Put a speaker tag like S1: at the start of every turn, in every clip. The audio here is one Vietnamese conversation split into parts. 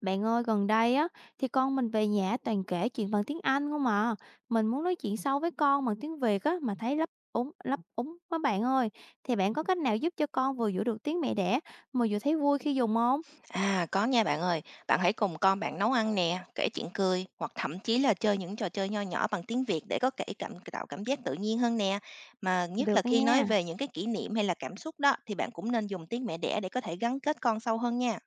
S1: Bạn ơi, gần đây á thì con mình về nhà toàn kể chuyện bằng tiếng Anh không à. Mình muốn nói chuyện sâu với con bằng tiếng Việt á mà thấy lấp úng quá bạn ơi. Thì bạn có cách nào giúp cho con vừa giữ được tiếng mẹ đẻ mà vừa thấy vui khi dùng không?
S2: À, có nha bạn ơi. Bạn hãy cùng con bạn nấu ăn nè, kể chuyện cười hoặc thậm chí là chơi những trò chơi nho nhỏ bằng tiếng Việt để có thể cảm tạo cảm giác tự nhiên hơn nè. Mà nhất
S1: Được
S2: là khi nói
S1: nha.
S2: về những cái kỷ niệm hay là cảm xúc đó thì bạn cũng nên dùng tiếng mẹ đẻ để có thể gắn kết con sâu hơn nha.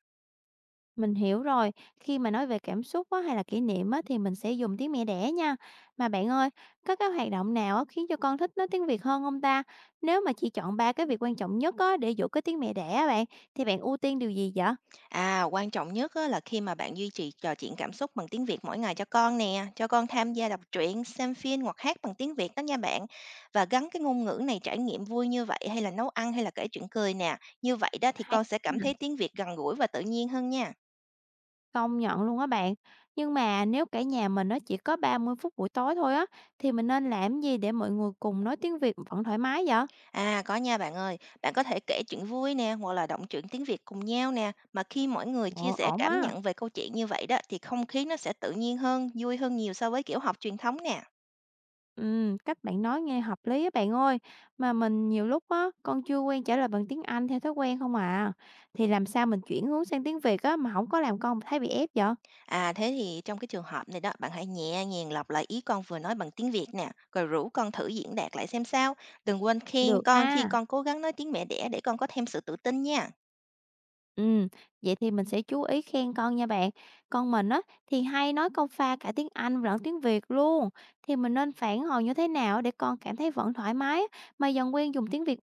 S1: Mình hiểu rồi, khi mà nói về cảm xúc á, hay là kỷ niệm á, thì mình sẽ dùng tiếng mẹ đẻ nha. Mà bạn ơi, có cái hoạt động nào á, khiến cho con thích nói tiếng Việt hơn không ta? Nếu mà chỉ chọn ba cái việc quan trọng nhất á, để giữ cái tiếng mẹ đẻ á bạn, thì bạn ưu tiên điều gì vậy?
S2: À, quan trọng nhất á, là khi mà bạn duy trì trò chuyện cảm xúc bằng tiếng Việt mỗi ngày cho con nè, cho con tham gia đọc truyện, xem phim hoặc hát bằng tiếng Việt đó nha bạn. Và gắn cái ngôn ngữ này trải nghiệm vui như vậy hay là nấu ăn hay là kể chuyện cười nè. Như vậy đó thì
S1: Hay.
S2: con sẽ cảm thấy tiếng Việt gần gũi và tự nhiên hơn nha.
S1: Công nhận luôn á bạn. Nhưng mà nếu cả nhà mình nó chỉ có 30 phút buổi tối thôi á, thì mình nên làm gì để mọi người cùng nói tiếng Việt vẫn thoải mái vậy?
S2: À, có nha bạn ơi, bạn có thể kể chuyện vui nè hoặc là động truyện tiếng Việt cùng nhau nè. Mà khi mỗi người chia
S1: Ồ,
S2: sẻ
S1: ổn
S2: cảm
S1: á.
S2: nhận về câu chuyện như vậy đó thì không khí nó sẽ tự nhiên hơn, vui hơn nhiều so với kiểu học truyền thống nè.
S1: Ừ, cách bạn nói nghe hợp lý á bạn ơi. Mà mình nhiều lúc á, con chưa quen trả lời bằng tiếng Anh theo thói quen không à. Thì làm sao mình chuyển hướng sang tiếng Việt á mà không có làm con thấy bị ép vậy?
S2: À, thế thì trong cái trường hợp này đó, bạn hãy nhẹ nhàng lặp lại ý con vừa nói bằng tiếng Việt nè, rồi rủ con thử diễn đạt lại xem sao. Đừng quên khen
S1: Được
S2: con khi
S1: ha.
S2: con cố gắng nói tiếng mẹ đẻ để con có thêm sự tự tin nha.
S1: Ừm, vậy thì mình sẽ chú ý khen con nha bạn. Con mình á thì hay nói câu pha cả tiếng Anh lẫn tiếng Việt luôn. Thì mình nên phản hồi như thế nào để con cảm thấy vẫn thoải mái á, mà dần quen dùng tiếng Việt,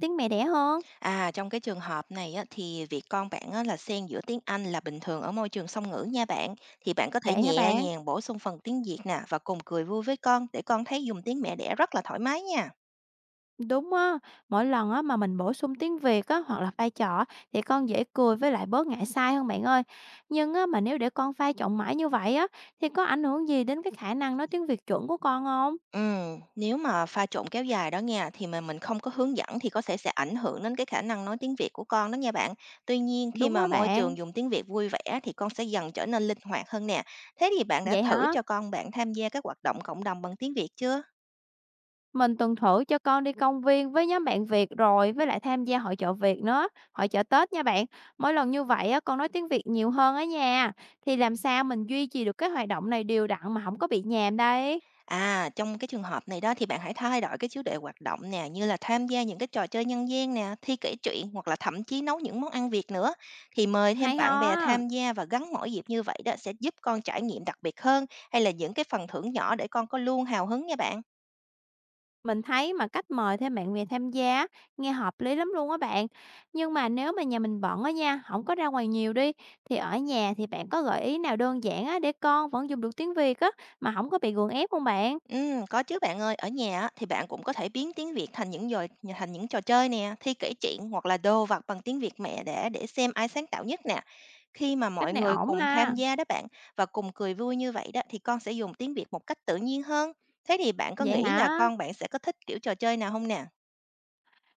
S1: tiếng mẹ đẻ hơn?
S2: À, trong cái trường hợp này á, thì việc con bạn á, là xen giữa tiếng Anh là bình thường ở môi trường song ngữ nha bạn. Thì bạn có thể
S1: Vậy hả
S2: nhẹ
S1: bạn?
S2: nhàng bổ sung phần tiếng Việt nè và cùng cười vui với con để con thấy dùng tiếng mẹ đẻ rất là thoải mái nha.
S1: Đúng á, mỗi lần á mà mình bổ sung tiếng Việt á hoặc là pha trò thì con dễ cười với lại bớt ngại sai hơn bạn ơi. Nhưng á mà nếu để con pha trộn mãi như vậy á thì có ảnh hưởng gì đến cái khả năng nói tiếng Việt chuẩn của con không?
S2: ừ Nếu mà pha trộn kéo dài đó nha, thì mà mình không có hướng dẫn thì có thể sẽ ảnh hưởng đến cái khả năng nói tiếng Việt của con đó nha bạn. Tuy nhiên, khi
S1: Đúng
S2: mà
S1: á
S2: môi
S1: bạn.
S2: trường dùng tiếng Việt vui vẻ thì con sẽ dần trở nên linh hoạt hơn nè. Thế thì bạn đã
S1: Vậy
S2: thử
S1: hả?
S2: cho con bạn tham gia các hoạt động cộng đồng bằng tiếng Việt chưa?
S1: Mình từng thử cho con đi công viên với nhóm bạn Việt rồi với lại tham gia hội chợ Việt nữa, hội chợ Tết nha bạn. Mỗi lần như vậy á, con nói tiếng Việt nhiều hơn ở nhà. Thì làm sao mình duy trì được cái hoạt động này đều đặn mà không có bị nhàm đây?
S2: À, trong cái trường hợp này đó thì bạn hãy thay đổi cái chủ đề hoạt động nè, như là tham gia những cái trò chơi nhân gian nè, thi kể chuyện, hoặc là thậm chí nấu những món ăn Việt nữa. Thì mời thêm
S1: Hay
S2: bạn bè
S1: ho.
S2: tham gia và gắn mỗi dịp như vậy đó sẽ giúp con trải nghiệm đặc biệt hơn, hay là những cái phần thưởng nhỏ để con có luôn hào hứng nha bạn.
S1: Mình thấy mà cách mời thêm bạn Việt tham gia nghe hợp lý lắm luôn á bạn. Nhưng mà nếu mà nhà mình bận á nha, không có ra ngoài nhiều đi thì ở nhà thì bạn có gợi ý nào đơn giản á để con vẫn dùng được tiếng Việt á mà không có bị gượng ép không bạn?
S2: Có chứ bạn ơi. Ở nhà á, thì bạn cũng có thể biến tiếng Việt thành những dồi thành những trò chơi nè, thi kể chuyện hoặc là đồ vật bằng tiếng Việt mẹ để xem ai sáng tạo nhất nè. Khi mà
S1: Cách
S2: mọi
S1: này
S2: người
S1: ổn
S2: cùng tham
S1: ha.
S2: gia đó bạn, và cùng cười vui như vậy đó thì con sẽ dùng tiếng Việt một cách tự nhiên hơn. Thế thì bạn có
S1: Vậy
S2: nghĩ là
S1: hả?
S2: con bạn sẽ có thích kiểu trò chơi nào không nè?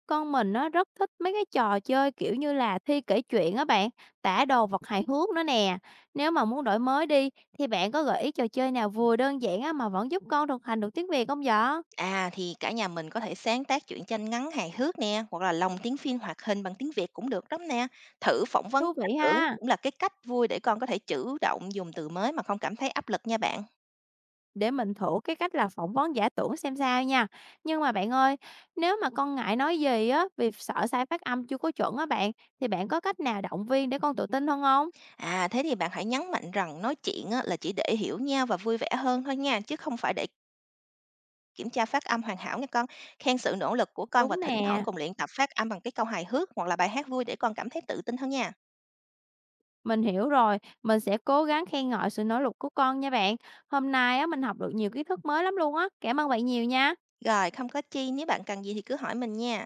S1: Con mình nó rất thích mấy cái trò chơi, kiểu như là, thi kể chuyện á bạn, tả đồ vật hài hước nữa nè. Nếu mà muốn đổi mới đi, thì bạn có gợi ý trò chơi nào vừa đơn giản á, mà vẫn giúp con thực hành được tiếng Việt không vậy?
S2: À, thì cả nhà mình có thể sáng tác truyện tranh ngắn hài hước nè, hoặc là lồng tiếng phim hoạt hình bằng tiếng Việt cũng được lắm nè. Thử phỏng vấn
S1: Thú
S2: giả
S1: vị
S2: tưởng
S1: ha!
S2: cũng là cái cách vui để con có thể chủ động dùng từ mới mà không cảm thấy áp lực nha bạn.
S1: Để mình thử cái cách là phỏng vấn giả tưởng xem sao nha. Nhưng mà bạn ơi, nếu mà con ngại nói gì á, vì sợ sai phát âm chưa có chuẩn á bạn, thì bạn có cách nào động viên để con tự tin hơn không?
S2: À, thế thì bạn hãy nhấn mạnh rằng nói chuyện á, là chỉ để hiểu nhau và vui vẻ hơn thôi nha, chứ không phải để kiểm tra phát âm hoàn hảo nha con. Khen sự nỗ lực của con và
S1: Đúng
S2: thỉnh thoảng
S1: nè.
S2: cùng luyện tập phát âm bằng cái câu hài hước hoặc là bài hát vui để con cảm thấy tự tin hơn nha.
S1: Mình hiểu rồi, mình sẽ cố gắng khen ngợi sự nỗ lực của con nha bạn. Hôm nay á, mình học được nhiều kiến thức mới lắm luôn á. Cảm ơn bạn nhiều nha.
S2: Rồi, không có chi, nếu bạn cần gì thì cứ hỏi mình nha.